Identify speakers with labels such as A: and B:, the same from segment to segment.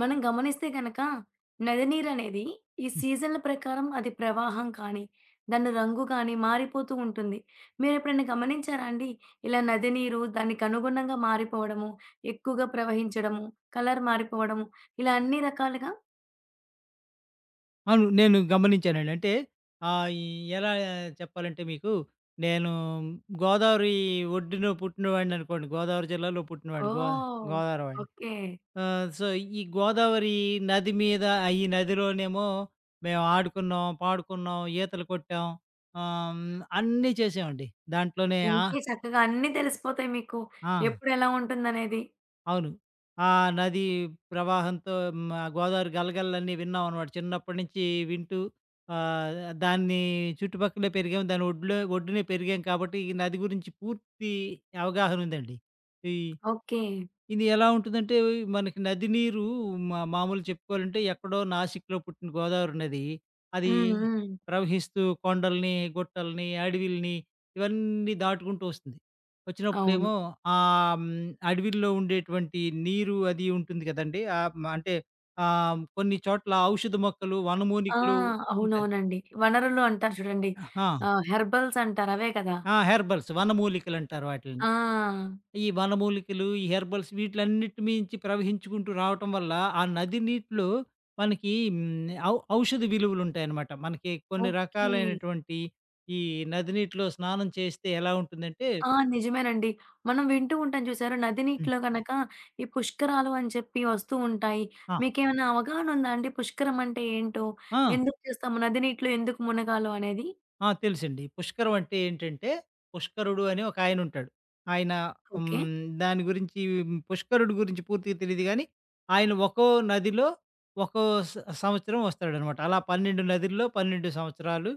A: మనం గమనిస్తే గనక నది నీరనేది ఈ సీజన్ల ప్రకారం అది ప్రవాహం కానీ, దాని రంగు కానీ మారిపోతూ ఉంటుంది. మీరెప్పుడైనా గమనించారా అండి? ఇలా నది నీరు దానికి అనుగుణంగా మారిపోవడము, ఎక్కువగా ప్రవహించడము, కలర్ మారిపోవడము ఇలా అన్ని రకాలుగా?
B: అవును. నేను గమనించానండి. అంటే ఈ ఎలా చెప్పాలంటే మీకు నేను గోదావరి ఒడ్డున పుట్టినవాడిననుకోండి. గోదావరి జిల్లాలో పుట్టినవాడిని.
A: ఓహ్!
B: గోదావరి వాడిని.
A: ఓకే.
B: ఆహ్, సో, ఈ గోదావరి నది మీద ఆ ఈ నదిలోనేమో మేము ఆడుకున్నాం, పాడుకున్నాం, ఈతలు కొట్టాం. అన్నీ చేసామండి. దాంట్లోనే ఆ!
A: ఇంకే చక్కగా అన్నీ తెలిసిపోతాయి మీకు.
B: ఆ!
A: ఎప్పుడెలా ఉంటుందనేది.
B: అవును. ఆ నది ప్రవాహంతో హ్మ్. ఆ గోదావరి గలగలలన్నీ విన్నాం అనమాట. చిన్నప్పటి నుంచి వింటూ ఆహ్, దాన్ని చుట్టుపక్కలే పెరిగాం. దాని ఒడ్డునే పెరిగాం కాబట్టి, ఈ నది గురించి పూర్తి అవగాహన ఉందండి. ఈ
A: ఓకే.
B: ఇది ఎలా ఉంటుందంటే, మనకి నది నీరు మామూలు చెప్పుకోవాలంటే ఎక్కడో నాసిక్‌లో పుట్టిన గోదావరి నది. అది
A: హ్మ్. హ్మ్.
B: ప్రవహిస్తూ కొండల్ని, గుట్టల్ని, అడవిల్ని ఇవన్నీ దాటుకుంటూ వస్తుంది.
A: అవును.
B: వచ్చినప్పుడేమో ఆహ్, హ్మ్, అడవిల్లో ఉండేటువంటి నీరు అది ఉంటుంది కదండీ! ఆహ్, మ అంటే ఆహ్, కొన్ని చోట్ల ఔషధ మొక్కలు,
A: ఆ!
B: వనమూలికలు ఉంటాయి.
A: అవునవునండి. వనరులు అంటారు చూడండి.
B: ఆ!
A: హెర్బల్స్ అంటారు అవే కదా!
B: ఆ! హెర్బల్స్ వనమూలికలంటారు వాటిల్ని.
A: ఆ!
B: ఈ వనమూలికలు, ఈ హెర్బల్స్ వీటిలన్నిటి మించి ప్రవహించుకుంటూ రావటం వల్ల, ఆ నది నీటిలో మనకి హ్మ్, ఔ ఔషధ విలువలుంటాయనమాట. మనకి కొన్ని
A: ఓకే.
B: రకాలైనటువంటి ఈ నది నీటిలో స్నానం చేస్తే ఎలా ఉంటుందంటే
A: ఆ! నిజమేనండి. మనం వింటూ ఉంటాం చూసారా? నది
B: హ్మ్.
A: నీటిలో గనక ఈ పుష్కరాలు అని చెప్పి వస్తూ ఉంటాయి.
B: ఆ!
A: మీకేమైనా అవగాహన ఉందా అండి? పుష్కరం అంటే ఏంటో?
B: ఆ!
A: ఎందుకు చేస్తాము? నది నీటిలో ఎందుకు మునగాలో అనేది?
B: ఆ! తెలుసండి. పుష్కరం అంటే ఏంటంటే, పుష్కరుడు అని ఒక ఆయనుంటాడు. ఆయన
A: ఓకే.
B: హ్మ్, దాని గురించి పుష్కరుడు గురించి పూర్తిగా తెలీదు గానీ, ఆయన ఒక్కో నదిలో ఒక్కో స సంవత్సరం వస్తాడనమాట. అలా 12 నదుల్లో 12 సంవత్సరాలు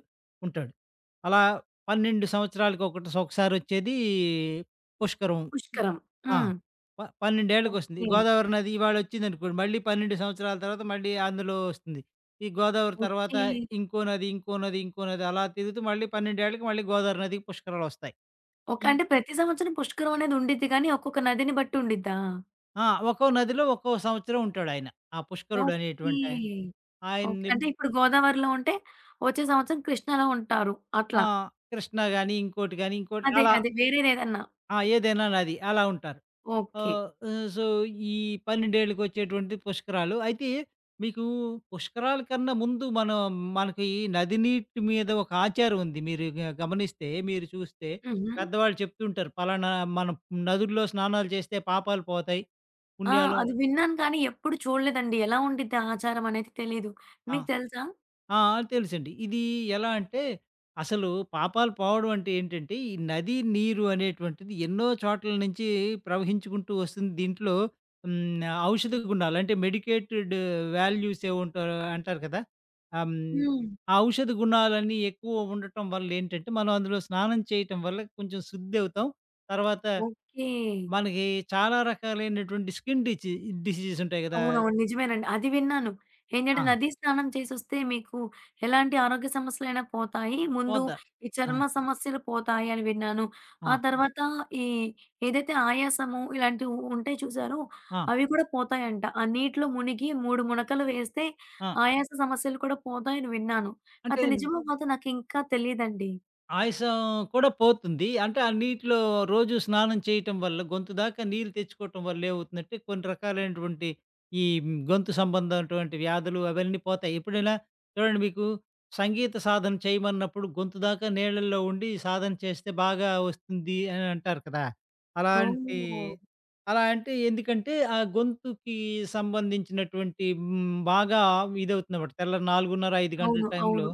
B: ఉంటాడు. అలా 12 సంవత్సరాలకు ఒకటి ఒకసారొచ్చేది పుష్కరం.
A: పుష్కరం.
B: ఆ!
A: హ్మ్.
B: 12 ఏళ్ళకొస్తుంది.
A: ఓకే.
B: గోదావరి నది ఇవాళొచ్చిందనుకోండి, మళ్ళీ 12 సంవత్సరాల తర్వాత మళ్ళీ అందులో వస్తుంది. ఈ గోదావరి తర్వాత
A: ఓకే.
B: ఇంకో నది, ఇంకో నది, ఇంకో నది అలా తిరుగుతూ మళ్ళీ 12 ఏళ్ళకి మళ్ళీ గోదావరి నదికి పుష్కరాలొస్తాయి.
A: ఓకే.
B: ఈ
A: అంటే ప్రతి సంవత్సరం పుష్కరం అనేది ఉండిద్ది గానీ, ఒక్కొక్క నదిని బట్టి ఉండిద్దా?
B: ఆ! ఒక్కో నదిలో ఒక్కో సంవత్సరం ఉంటాడాయన. ఆ పుష్కరుడు అనేటువంటి ఆయన.
A: ఓకే. ఓకే.
B: ఆయన్ని
A: అంటే ఇప్పుడు గోదావరిలో ఉంటే, వచ్చే సంవత్సరం కృష్ణాలో ఉంటారు.
B: ఆ!
A: అట్లా.
B: కృష్ణ గాని, ఇంకోటి గాని, ఇంకోటి
A: అదే.
B: అలా
A: అదే. వేరేదేదన్నా.
B: ఆ! ఏదైనా నది అలా ఉంటారు.
A: ఓకే.
B: ఆహ్, ఆహ్, సో, ఈ 12 ఏళ్ళకొచ్చేటువంటి పుష్కరాలు. అయితే మీకు పుష్కరాల కన్నా ముందు మనం మనకి ఈ నది నీటి మీద ఒక ఆచారం ఉంది. మీరు గమనిస్తే, మీరు చూస్తే
A: హుహు.
B: పెద్దవాళ్ళు చెప్తుంటారు. పలానా మనం నదుల్లో స్నానాలు చేస్తే పాపాలు పోతాయి.
A: ఆ!
B: పుణ్యాలు
A: అది విన్నాను కానీ ఎప్పుడు చూడలేదండి. ఎలా ఉండిద్ది ఆచారం అనేది తెలీదు.
B: ఆ!
A: మీకు తెలుసా?
B: ఆ! తెలుసండి. ఇది ఎలా అంటే, అసలు పాపాలు పోవడం అంటే ఏంటంటే, ఈ నది నీరు అనేటువంటిది ఎన్నో చోట్ల నుంచి ప్రవహించుకుంటూ వస్తుంది. దీంట్లో హ్మ్. ఔషధ గుణాలు అంటే మెడికేటెడ్ వాల్యూస్ ఏవోంటో అంటారు కదా! ఆహ్, హ్మ్.
A: హ్మ్.
B: ఆ ఔషధ గుణాలన్నీ ఎక్కువ ఉండటం వల్ల ఏంటంటే, మనం అందులో స్నానం చేయటం వల్ల కొంచెం శుద్ధవుతాం. తర్వాత
A: ఓకే.
B: మనకి చాలా రకాలైనటువంటి స్కిన్ డిసీజెస్ ఉంటాయి కదా!
A: అవునవును. నిజమేనండి. అది విన్నాను. ఏంటంటే
B: ఆ!
A: నదీ స్నానం చేసొస్తే మీకు ఎలాంటి ఆరోగ్య సమస్యలైనా పోతాయి. ముందు
B: పోద్ద.
A: ఈ
B: ఆ!
A: చర్మ సమస్యలు పోతాయి అని విన్నాను. ఆ
B: ఆ!
A: తర్వాత ఈ ఏదైతే ఆయాసము ఇలాంటివి ఉంటాయి చూసారో
B: ఆ!
A: అవి కూడా పోతాయంట. ఆ నీటిలో మునిగి 3 మునకలు వేస్తే
B: ఆ!
A: ఆయాస సమస్యలు కూడా పోతాయని విన్నాను.
B: అంటే
A: అది నిజమో కాదో నాకింకా తెలీదండి.
B: ఆయాసం కూడా పోతుంది. అంటే ఆ నీటిలో రోజు స్నానం చేయటం వల్ల గొంతు దాకా నీళ్ళు తెచ్చుకోవటం వల్ల ఏమవుతుందంటే కొన్ని రకాలైనటువంటి ఈ గొంతు సంబంధమైనటువంటి వ్యాధులు అవన్నీ పోతాయి. ఎప్పుడైనా చూడండి మీకు సంగీత సాధన చేయమన్నప్పుడు గొంతు దాకా నీళ్ళల్లో ఉండి సాధన చేస్తే బాగా వస్తుంది అని అంటారు కదా! అలాంటి
A: ఓహ్!
B: అలా అంటే ఎందుకంటే ఆ గొంతుకి సంబంధించినటువంటి బాగా ఇదవుతుందన్నమాట. తెల్లారి 4:30, 5 గంటల
A: అవును.
B: టైంలో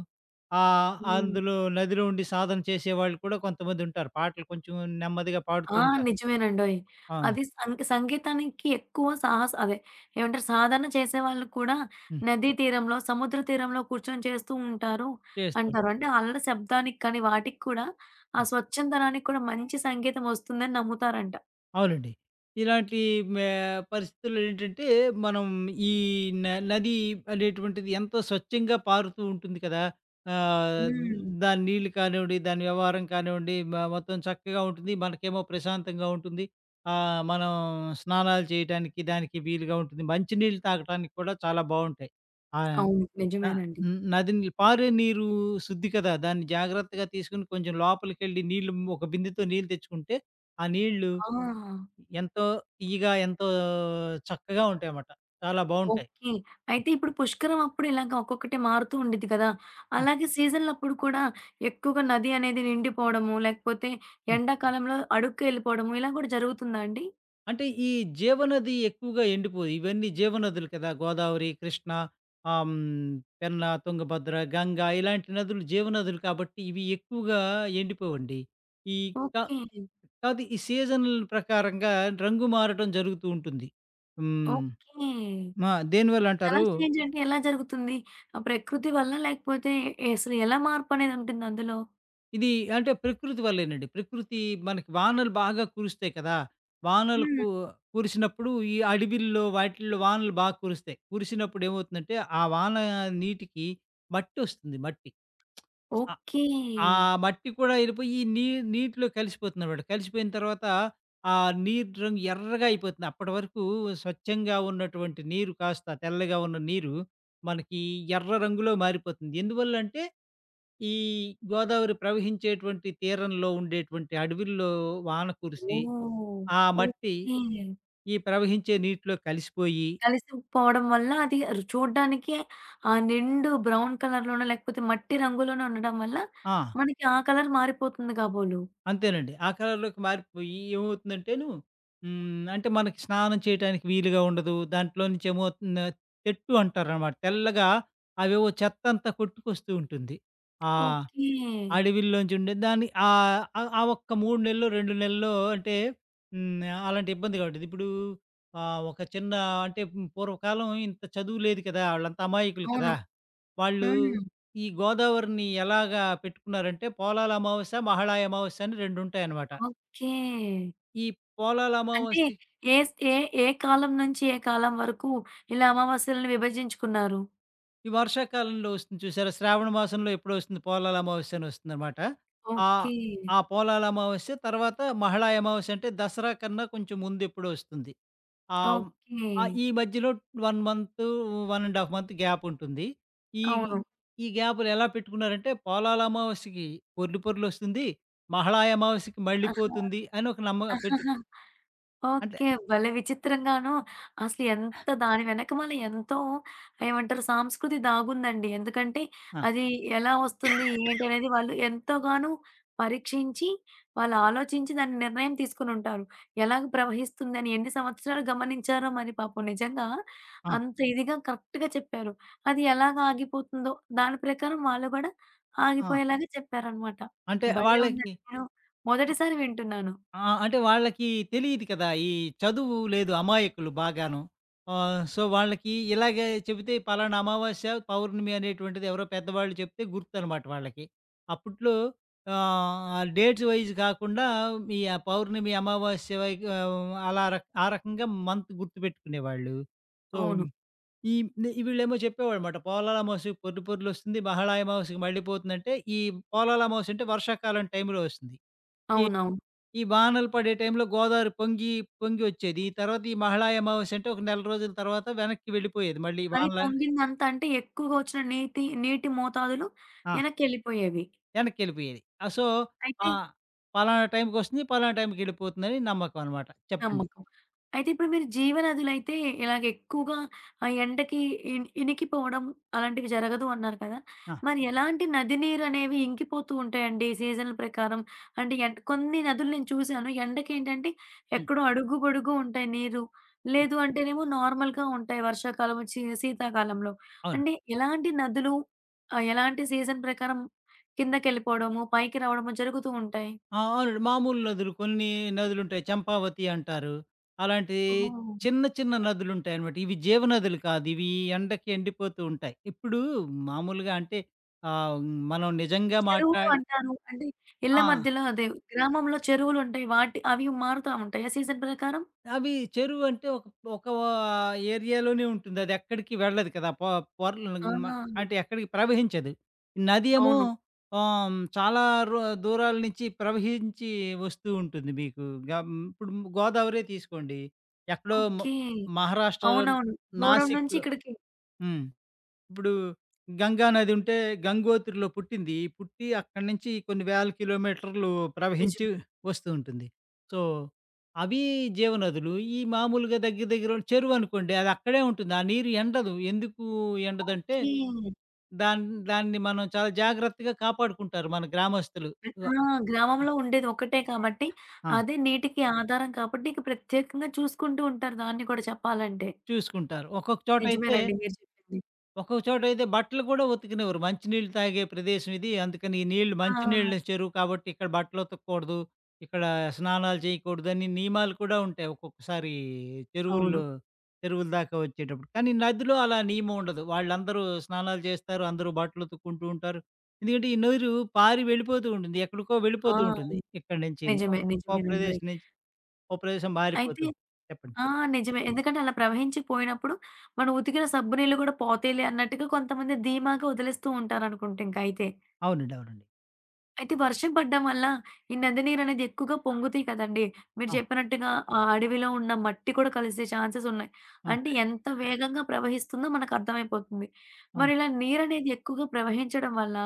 B: ఆ!
A: హ్మ్.
B: అందులో నదిలో ఉండి సాధన చేసేవాళ్ళు కూడా కొంతమంది ఉంటారు. పాటలు కొంచెం నెమ్మదిగా పాడుతూ
A: ఆ!
B: ఉంటారు.
A: నిజమేనండోయ్!
B: ఆ!
A: అది సంగీతానికి ఎక్కువ సాహస అదే, ఏమంటారు, సాధన చేసేవాళ్ళు కూడా
B: హ్మ్.
A: నదీ తీరంలో, సముద్ర తీరంలో కూర్చొని చేస్తూ ఉంటారు
B: చేస్తూ
A: అంటారు.
B: ఉంటారు.
A: అంటే అలల శబ్దానికి కానీ, వాటికి కూడా ఆ
B: హ్మ్.
A: స్వచ్ఛందనానికి కూడా మంచి సంగీతం వస్తుందని నమ్ముతారంట.
B: అవునండి. ఇలాంటి మే పరిస్థితుల్లో ఏంటంటే, మనం ఈ న నది అనేటువంటిది ఎంతో స్వచ్ఛంగా పారుతూ ఉంటుంది కదా! ఆహ్,
A: హ్మ్.
B: దాని నీళ్ళు కానివ్వండి, దాని వ్యవహారం కానివ్వండి, మొత్తం చక్కగా ఉంటుంది. మనకేమో ప్రశాంతంగా ఉంటుంది. మనం స్నానాలు చేయటానికి, దానికి వీలుగా ఉంటుంది. మంచినీళ్ళు తాగటానికి కూడా చాలా బావుంటాయి. ఆ!
A: అవును.
B: ఆ!
A: నిజమేనండి.
B: హ్మ్. నది పారే నీరు శుద్ధి కదా! దాన్ని జాగ్రత్తగా తీసుకొని కొంచెం లోపలికెళ్ళి నీళ్ళు ఒక బిందెతో నీళ్ళు తెచ్చుకుంటే, ఆ నీళ్ళు
A: ఆ!
B: ఎంతో తియ్యగా, ఎంతో చక్కగా ఉంటాయన్నమాట. చాలా బావుంటాయి.
A: ఓకే. అయితే ఇప్పుడు పుష్కరం అప్పుడు ఇలాగ ఒక్కొక్కటి మారుతూ ఉండిద్ది కదా!
B: హ్మ్.
A: అలాగే సీజన్‌లప్పుడు కూడా ఎక్కువగా నది అనేది నిండిపోవడము, లేకపోతే
B: హ్మ్.
A: ఎండాకాలంలో అడుక్కెళ్ళిపోవడము ఇలా కూడా జరుగుతుందా అండి?
B: అంటే ఈ జీవనది ఎక్కువగా ఎండిపోయి ఇవన్నీ జీవనదులు కదా! గోదావరి, కృష్ణ, ఆహ్, హ్మ్, పెన్న, తుంగభద్ర, గంగా ఇలాంటి నదులు జీవనదులు కాబట్టి ఇవి ఎక్కువగా ఎండిపోవండి. ఈ క
A: ఓకే.
B: కాపోతే ఈ సీజన్‌ల ప్రకారంగా రంగు మారటం జరుగుతూ ఉంటుంది. హ్మ్.
A: ఓకే.
B: దేనివల్ల
A: అంటే
B: అంటారు?
A: కలర్స్ చేంజ్ అంటే ఎలా జరుగుతుంది? ఆ ప్రకృతి వల్ల లేకపోతే అసలు ఎలా మార్పనేది ఉంటుంది అందులో?
B: ఇది అంటే ప్రకృతి వల్లేనండి. ప్రకృతి మనకి వానలు బాగా కురుస్తాయి కదా! వానలు
A: హ్మ్.
B: కురిసినప్పుడు ఈ అడవిల్లో వాటిల్లో వానలు బాగా కురుస్తాయి. కురిసినప్పుడు ఏమవుతుందంటే, ఆ వాన నీటికి మట్టొస్తుంది మట్టి.
A: ఓకే.
B: ఆ మట్టి కూడా ఎళ్ళిపోయి ఈ నీటిలో కలిసిపోతుందనమాట. కలిసిపోయిన తర్వాత ఆ నీరు రంగు ఎర్రగా అయిపోతుంది. అప్పటి వరకు స్వచ్ఛంగా ఉన్నటువంటి నీరు కాస్త తెల్లగా ఉన్న నీరు మనకి ఎర్ర రంగులో మారిపోతుంది. ఎందువల్లంటే ఈ గోదావరి ప్రవహించేటువంటి తీరంలో ఉండేటువంటి అడవుల్లో వాన కురిసి,
A: ఓహ్!
B: ఆ మట్టి
A: ఓకే.
B: ఈ ప్రవహించే నీటిలో కలిసిపోయి
A: కలిసిపోవడం వల్ల అది చూడ్డానికి నిండు బ్రౌన్ కలర్‌లోనో లేకపోతే మట్టి రంగులోనో ఉండడం వల్ల
B: ఆ!
A: మనకి ఆ కలర్ మారిపోతుంది కాబోలు.
B: అంతేనండి. ఆ కలర్‌లోకి మారిపోయి ఏమవుతుందంటేను హ్మ్. అంటే మనకి స్నానం చేయటానికి వీలుగా ఉండదు. దాంట్లో నుంచి తెట్టు అంటారనమాట. తెల్లగా అవేవో చెత్తంతా కొట్టుకొస్తూ ఉంటుంది. ఆ!
A: ఓకే.
B: అడవిలోంచి ఉండే దాన్ని ఆహ్, ఆహ్, ఆ ఒక్క 3 నెల్లో, 2 నెలల్లో అంటే హ్మ్. అలాంటి ఇబ్బందిగా ఉండేది. ఇప్పుడు ఒక చిన్న అంటే పూర్వకాలం ఇంత చదువు లేదు కదా! ఆళ్ళంతా అమాయకులు
A: అవును.
B: కదా! వాళ్ళు
A: హ్మ్.
B: ఈ గోదావరిని ఎలాగా పెట్టుకున్నారంటే పోలాల అమావాస్య, మహాళయ అమావాస్య అని రెండుంటాయన్నమాట.
A: ఓకే.
B: ఈ పోలాల
A: అంటే
B: అమావాస్య
A: ఏస్ ఏ ఏ కాలం నుంచి ఏ కాలం వరకు ఇలా అమావాస్యలను విభజించుకున్నారు?
B: ఈ వర్షాకాలంలో వస్తుంది చూసారా? శ్రావణ మాసంలో ఎప్పుడో వస్తుంది పోలాల అమావాస్య అని వస్తుందనమాట. ఆహ్,
A: ఓకే.
B: ఆ ఆ పోలాల అమావాస్య తర్వాత మహళా అమావాస్య అంటే దసరా కన్నా కొంచెం ముందెప్పుడో వస్తుంది. ఆహ్,
A: ఓకే.
B: ఆహ్, ఈ మధ్యలో 1 మంత్, 1 ½ మంత్ గ్యాప్ ఉంటుంది. ఈ
A: అవును.
B: ఈ గ్యాప్‌లు ఎలా పెట్టుకున్నారంటే పోలాల అమావాస్యకి పొర్లు పొర్లొస్తుంది. మహళా అమావాస్యకి మళ్ళీ
A: ఆహా!
B: పోతుంది అని ఒక నమ్మ పెట్టు
A: ఆహాహా.
B: అంటే
A: ఓకే. భలే విచిత్రంగాను, అసలు ఎంత దాని వెనకమాల ఎంతో, ఏమంటారు, సాంస్కృతి దాగుందండి. ఎందుకంటే
B: ఆ!
A: అది ఎలా వస్తుంది ఏంటి అనేది వాళ్ళు ఎంతోగానో పరీక్షించి, వాళ్ళు ఆలోచించి దాని నిర్ణయం తీసుకొనుంటారు. ఎలాగ ప్రవహిస్తుందని ఎన్ని సంవత్సరాలు గమనించారో మరి పాపం నిజంగా
B: ఆ!
A: అంత ఇదిగా కరెక్ట్‌గా చెప్పారు. అది ఎలాగ ఆగిపోతుందో దాని ప్రకారం వాళ్ళు గూడా
B: ఆ!
A: ఆగిపోయేలాగా చెప్పారనమాట.
B: అంటే
A: భలే
B: వాళ్ళకి
A: ఉందండి. నేను మొదటిసారి వింటున్నాను.
B: ఆ! అంటే వాళ్ళకి తెలీదు కదా! ఈ చదువు లేదు అమాయకులు బాగాను. వాళ్ళకి ఇలాగే చెబితే పలానా అమావాస్య, పౌర్ణమి అనేటువంటిది ఎవరో పెద్దవాళ్ళు చెప్తే గుర్తనమాట వాళ్ళకి. అప్పట్లో ఆ డేట్స్ వైస్ కాకుండా ఈ ఆ పౌర్ణమి, అమావాస్య అలా ఆ రకంగా మంత్ గుర్తుపెట్టుకునేవాళ్ళు. సో,
A: అవును.
B: ఈ వీళ్ళేమో చెప్పేవాళ్ళమాట. పోలాల అమావాస్యకి పొర్లు పొర్లొస్తుంది. మహాళయ అమావాస్యకి మళ్ళీ పోతుందంటే, ఈ పోలాల అమావాస్య అంటే వర్షాకాలం టైంలో వస్తుంది. ఈ
A: అవునవును.
B: ఈ వానలు పడే టైంలో గోదావరి పొంగి, పొంగి వచ్చేది. తర్వాత ఈ మహిళా అమావాస్య అంటే ఒక నెల రోజుల తర్వాత వెనక్కి వెళ్ళిపోయేది. మళ్ళీ
A: అది
B: వానలని
A: పొంగిందంతా అంటే ఎక్కువగా వచ్చిన నీటి మోతాదులు
B: ఆ!
A: ఎనక్కెళ్ళిపోయేవి.
B: వెనక్కెళ్ళిపోయేది.
A: అయితే
B: ఆ! పలానా టైంకొస్తుంది, పలానా టైంకెళ్ళిపోతుందని నమ్మకం అనమాట. చెప్పండి.
A: నమ్మకం. అయితే ఇప్పుడు మీరు జీవనదులైతే ఇలాగ ఎక్కువగా ఆ ఎండకి ఇనికిపోవడం అలాంటివి జరగదు అన్నారు కదా!
B: ఆ!
A: మరి ఎలాంటి నది నీరనేవి ఇంకిపోతూ ఉంటాయండి సీజన్ల ప్రకారం? అంటే కొన్ని నదులు నేను చూశాను. ఎండకేంటంటే
B: హ్మ్.
A: ఎక్కడో అడుగు పొడుగు ఉంటాయి నీరు.
B: హ్మ్.
A: లేదు అంటేనేమో నార్మల్‌గా ఉంటాయి వర్షాకాలం వచ్చి శీతాకాలంలో.
B: అవును.
A: అంటే ఎలాంటి నదులు ఎలాంటి సీజన్ ప్రకారం కిందకెళ్ళిపోవడము, పైకి రావడము జరుగుతూ ఉంటాయి?
B: ఆ! అవునండి. మామూలు నదులు కొన్ని నదులుంటాయి. చంపావతి అంటారు. అలాంటి
A: ఓహ్!
B: చిన్న, చిన్న నదులుంటాయనమాట. ఇవి జీవనదులు కాదు. ఇవి ఎండకి ఎండిపోతూ ఉంటాయి. ఇప్పుడు మామూలుగా అంటే ఆహ్, మనం నిజంగా
A: చెరువులు అంటారు. అంటే ఇళ్ళ
B: ఆ!
A: మధ్యలో అదే గ్రామంలో చెరువులుంటాయి. వాటి అవి మారుతా ఉంటాయా సీజన్ ప్రకారం?
B: అవి చెరువంటే ఒక ఒక ఏరియాలోనే ఉంటుంది. అదెక్కడికి వెళ్ళదు కదా! పొరలు
A: ఆ!
B: మ అంటే ఎక్కడికి ప్రవహించదు. నది ఏమో
A: అవును.
B: చాలా రొ దూరాల నుంచి ప్రవహించి వస్తూ ఉంటుంది మీకు. ఇప్పుడు గోదావరే తీసుకోండి. ఎక్కడో
A: ఓకే.
B: మహారాష్ట్రలో
A: అవునవును. దూరం నుంచి
B: నాసిక్‌లో
A: ఇక్కడికి.
B: హ్మ్. ఇప్పుడు గంగా నది ఉంటే గంగోత్రిలో పుట్టింది. పుట్టి అక్కడి నుంచి కొన్ని వేల కిలోమీటర్లు ప్రవహించి
A: నిజమే.
B: వస్తూ ఉంటుంది. సో, అవి జీవనదులు. ఈ మామూలుగా దగ్గర దగ్గర చెరువనుకోండి అది అక్కడే ఉంటుంది. ఆ నీరు ఎండదు. ఎందుకు ఎండదంటే
A: ఓకే.
B: దాన్ దాన్ని మనం చాలా జాగ్రత్తగా కాపాడుకుంటారు మన గ్రామస్తులు. వ
A: ఆ! గ్రామంలో ఉండేది ఒకటే కాబట్టి,
B: ఆ!
A: అదే నీటికి ఆధారం కాబట్టి ఇక ప్రత్యేకంగా చూసుకుంటూ ఉంటారు దాన్ని కూడా చెప్పాలంటే.
B: చూసుకుంటారు. ఒక్కొక్క చోటైతే
A: నిజమేనండి మీరు చెప్పింది.
B: ఒక్కొక్క చోటైతే బట్టలు కూడా ఉతికనివ్వరు. మంచినీళ్ళు తాగే ప్రదేశం ఇది. అందుకని ఈ నీళ్ళు
A: ఆ!
B: మంచినీళ్ళ చెరువు కాబట్టి ఇక్కడ బట్టలు ఉతకకూడదు. ఇక్కడ స్నానాలు చేయకూడదు అని నియమాలు కూడా ఉంటాయి. ఒక్కొక్కసారి
A: అవును.
B: చెరువుల్లో చెరువుల దాకా వచ్చేటప్పుడు. కానీ నదిలో అలా నియమం ఉండదు. వాళ్ళందరూ స్నానాలు చేస్తారు. అందరూ బట్టలు ఉతుక్కుంటూ ఉంటారు. ఎందుకంటే ఈ నీరు పారి వెళ్ళిపోతూ ఉంటుంది. ఎక్కడికో
A: ఆ!
B: వెళ్ళిపోతూ ఉంటుంది. ఇక్కడి నుంచిను. ఓ
A: నిజమే.
B: ఓ
A: నిజమేనండోయ్.
B: ప్రదేశం నుంచి ఓ ప్రదేశం మారిపోతూ
A: అయితే
B: ఉంటుంది. చెప్పండి.
A: ఆ! నిజమే. ఎందుకంటే అలా ప్రవహించి పోయినప్పుడు మనం ఉతికిన సబ్బు నీళ్ళు కూడా పోతాయిలే అన్నట్టుగా కొంతమంది ధీమాగా వదిలేస్తూ ఉంటారనుకుంట ఇంక అయితే.
B: అవునండి. అవునండి.
A: అయితే వర్షం పడ్డం వల్ల ఈ నది నీరనేది ఎక్కువగా పొంగుతాయి కదండీ! మీరు
B: ఆ!
A: చెప్పినట్టుగా ఆ అడవిలో ఉన్న మట్టి కూడా కలిసే ఛాన్సెస్ ఉన్నాయి.
B: ఆ!
A: అంటే ఎంత వేగంగా ప్రవహిస్తుందో మనకర్థమైపోతుంది.
B: ఆ!
A: మరి ఇలా నీరనేది ఎక్కువగా ప్రవహించడం వల్ల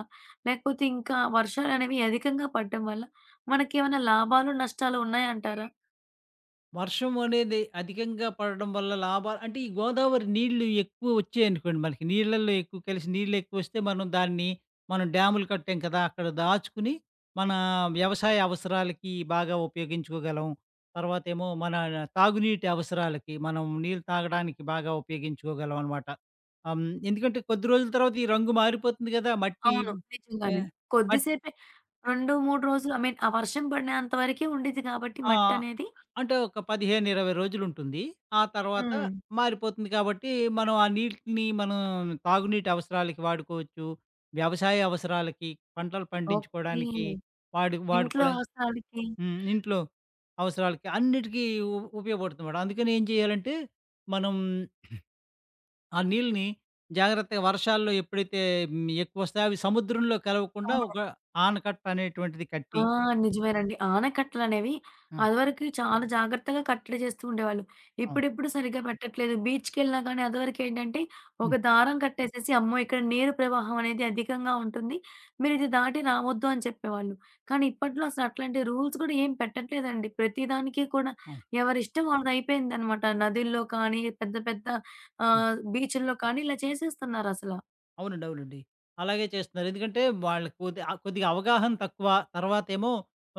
A: లేకపోతే ఇంకా వర్షాలనేవి అధికంగా పడడం వల్ల మనకేమైనా లాభాలు, నష్టాలు ఉన్నాయంటారా?
B: వర్షం అనేది అధికంగా పడడం వల్ల లాభాలు అంటే ఈ గోదావరి నీళ్లు ఎక్కువ వచ్చాయనుకోండి మనకి నీళ్ళల్లో ఎక్కువ కలిసి నీళ్ళు ఎక్కువ వస్తే మనం దాన్ని మనం డ్యాములు కట్టాం కదా అక్కడ దాచుకుని మన వ్యవసాయ అవసరాలకి బాగా ఉపయోగించుకోగలం తర్వాత ఏమో మన తాగునీటి అవసరాలకి మనం నీళ్ళు తాగడానికి బాగా ఉపయోగించుకోగలం అనమాట ఎందుకంటే కొద్ది రోజుల తర్వాత ఈ రంగు మారిపోతుంది కదా మట్టి
A: అవును.
B: ఆ,
A: నిజంగానే.
B: మట్-
A: కొద్దిసేపే 2, 3 రోజులు ఐ మీన్ ఆ వర్షం పడినంత వరకే ఉండిద్ది కాబట్టి
B: ఆ,
A: మట్టనేది.
B: అంటే ఒక 15, 20 రోజులుంటుంది. ఆ తర్వాత
A: హ్మ్.
B: మారిపోతుంది కాబట్టి, మనం ఆ నీటిని మనం తాగునీటి అవసరాలకి వాడుకోవచ్చు. వ్యవసాయ అవసరాలకి, పంటలు
A: ఓకే.
B: పండించుకోవడానికి
A: ఇంట్లో
B: వాడుకోవడానికి
A: అవసరాలకి.
B: హ్మ్. ఇంట్లో అవసరాలకి అన్నిటికీ ఉపయోగపడుతుందన్నమాట. అందుకని ఏం చేయాలంటే, మనం ఆ నీళ్ళని జాగ్రత్తగా వర్షాల్లో ఎప్పుడైతే ఎక్కువొస్తాయో అవి సముద్రంలో కలవకుండా
A: అవును.
B: ఒక ఆనకట్ట అనేటువంటిది
A: ఆ!
B: కట్టి
A: నిజమేనండి. ఆనకట్టలనేవి
B: ఆ!
A: అదివరకి చాలా జాగ్రత్తగా కట్టడి చేస్తూ ఉండేవాళ్ళు.
B: అవును.
A: ఇప్పుడిప్పుడు సరిగ్గా పెట్టట్లేదు. బీచ్‌కెళ్ళినా గానీ అదివరకేంటంటే
B: హ్మ్.
A: ఒక దారం కట్టేసేసి, అమ్మో! ఇక్కడ నీరు ప్రవాహం అనేది అధికంగా ఉంటుంది. మీరిది దాటి రావద్దు అని చెప్పేవాళ్ళు. కానీ ఇప్పట్లో అసలు అట్లాంటి రూల్స్ కూడా ఏం పెట్టట్లేదండి. ప్రతి దానికి కూడా
B: అవును.
A: ఎవరిష్టం వాళ్ళదయిపోయిందనమాట. నదుల్లో కానీ, పెద్ద పెద్ద
B: హ్మ్.
A: బీచుల్లో కానీ ఇలా చేసేస్తున్నారసల.
B: అవునండి. అవునండి. అలాగే చేస్తున్నారు. ఎందుకంటే వాళ్ళకి కొద్దిగా అవగాహన తక్కువ. తర్వాతేమో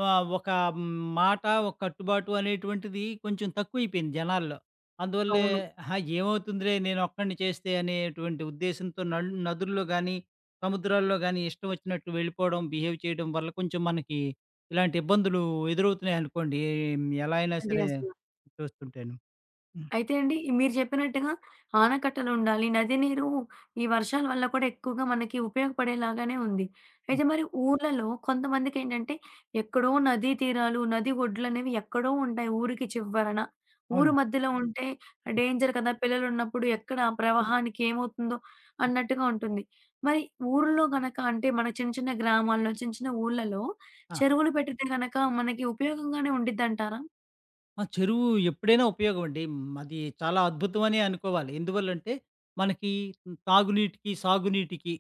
B: ఆహ్, ఒక మ్, మాట, ఒక కట్టుబాటు అనేటువంటిది కొంచెం తక్కువైపోయింది జనాల్లో. అందువల్లే
A: అవును.
B: "ఆహా! ఏమవుతుందిలే నేనొక్కడిని చేస్తే" అనేటువంటి ఉద్దేశంతో నదుల్లో గానీ, సముద్రాల్లో గానీ ఇష్టం వచ్చినట్టు వెళ్ళిపోవడం, బిహేవ్ చేయడం వల్ల కొంచెం మనకి ఇలాంటి ఇబ్బందులు ఎదురవుతున్నాయనుకోండి. ఎలా అయినా
A: అండి
B: సరే
A: అసలు.
B: చూస్తుంటేను. హ్మ్.
A: అయితే అండి, ఈ మీరు జెప్పినట్టుగా ఆనకట్టలుండాలి. నది నీరు ఈ వర్షాల వల్ల కూడా ఎక్కువగా మనకి ఉపయోగపడేలాగానే ఉంది.
B: హ్మ్.
A: అయితే మరి ఊర్లలో కొంతమందికేంటంటే, ఎక్కడో నదీ తీరాలు, నది ఒడ్లనేవి ఎక్కడో ఉంటాయి ఊరికి చివ్వరన. ఊరు
B: అవునండి.
A: మధ్యలో ఉంటే
B: హ్మ్.
A: డేంజర్ కదా! పిల్లలున్నప్పుడు ఎక్కడ ఆ ప్రవాహానికి ఏమవుతుందో
B: హ్మ్.
A: అన్నట్టుగా ఉంటుంది. మరి ఊర్లో గనక అంటే మన చిన్న చిన్న గ్రామాల్లో, చిన్న చిన్న ఊర్లలో చెరువులు పెట్టితే గనక మనకి ఉపయోగంగానే ఉండిద్దంటారా?
B: ఆ! చెరువు ఎప్పుడైనా ఉపయోగమండి. హ్మ్. అది చాలా అద్భుతమనే అనుకోవాలి. ఎందువల్లంటే, మనకి తాగునీటికి, సాగునీటికి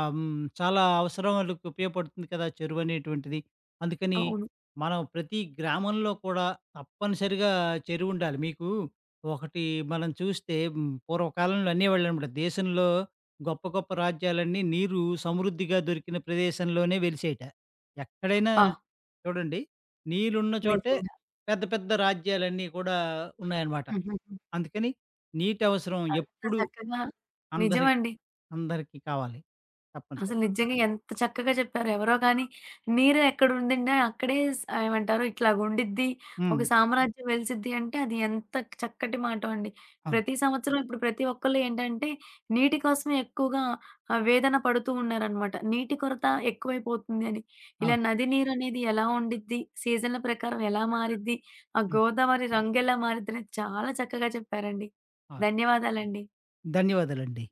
B: చాలా అవసరాలకు ఉపయోగపడుతుంది కదా! చెరువనేటువంటిది. అందుకని
A: అవును.
B: మనం ప్రతి గ్రామంలో కూడా తప్పనిసరిగా చెరువుండాలి. మీకు ఒకటి మనం చూస్తే పూర్వకాలంలో అనేవాళ్ళనమాట. దేశంలో గొప్ప గొప్ప రాజ్యాలన్నీ నీరు సమృద్ధిగా దొరికిన ప్రదేశంలోనే వెలిసేట. ఎక్కడైనా
A: ఆ!
B: చూడండి, నీళ్ళున్న చోటే
A: నిజంగా.
B: పెద్ద పెద్ద రాజ్యాలన్నీ కూడా ఉన్నాయన్నమాట.
A: హుహు.
B: అందుకని నీటి అవసరం
A: అంత
B: ఎప్పుడు
A: చక్కగా.
B: అందరి
A: నిజమండి.
B: అందరికీ కావాలి
A: అసలు
B: తప్పనిసరిగా.
A: నిజంగా ఎంత చక్కగా చెప్పారు. ఎవరో గాని నీరు ఎక్కడుండిందో అక్కడే ఏమంటారు ఇట్లాగుండిద్ది. ఒక
B: హ్మ్.
A: సామ్రాజ్యం వెలిసిద్ది అంటే అది ఎంత చక్కటి మాటో అండి.
B: అవును.
A: ప్రతి సంవత్సరం ఇప్పుడు ప్రతి ఒక్కళ్ళు ఏంటంటే నీటి కోసమే ఎక్కువగా వేదన పడుతూ ఉన్నారనమాట. నీటి కొరత ఎక్కువైపోతుంది అని. ఇలా
B: అవును.
A: నది నీరనేది ఎలా ఉండిద్ది, సీజన్‌ల ప్రకారం ఎలా మారిద్ది, ఆ
B: హ్మ్.
A: గోదావరి రంగెలా మారిద్ది అనేది చాలా చక్కగా చెప్పారండి.
B: అవును.
A: ధన్యవాదాలండి.
B: ధన్యవాదాలండి.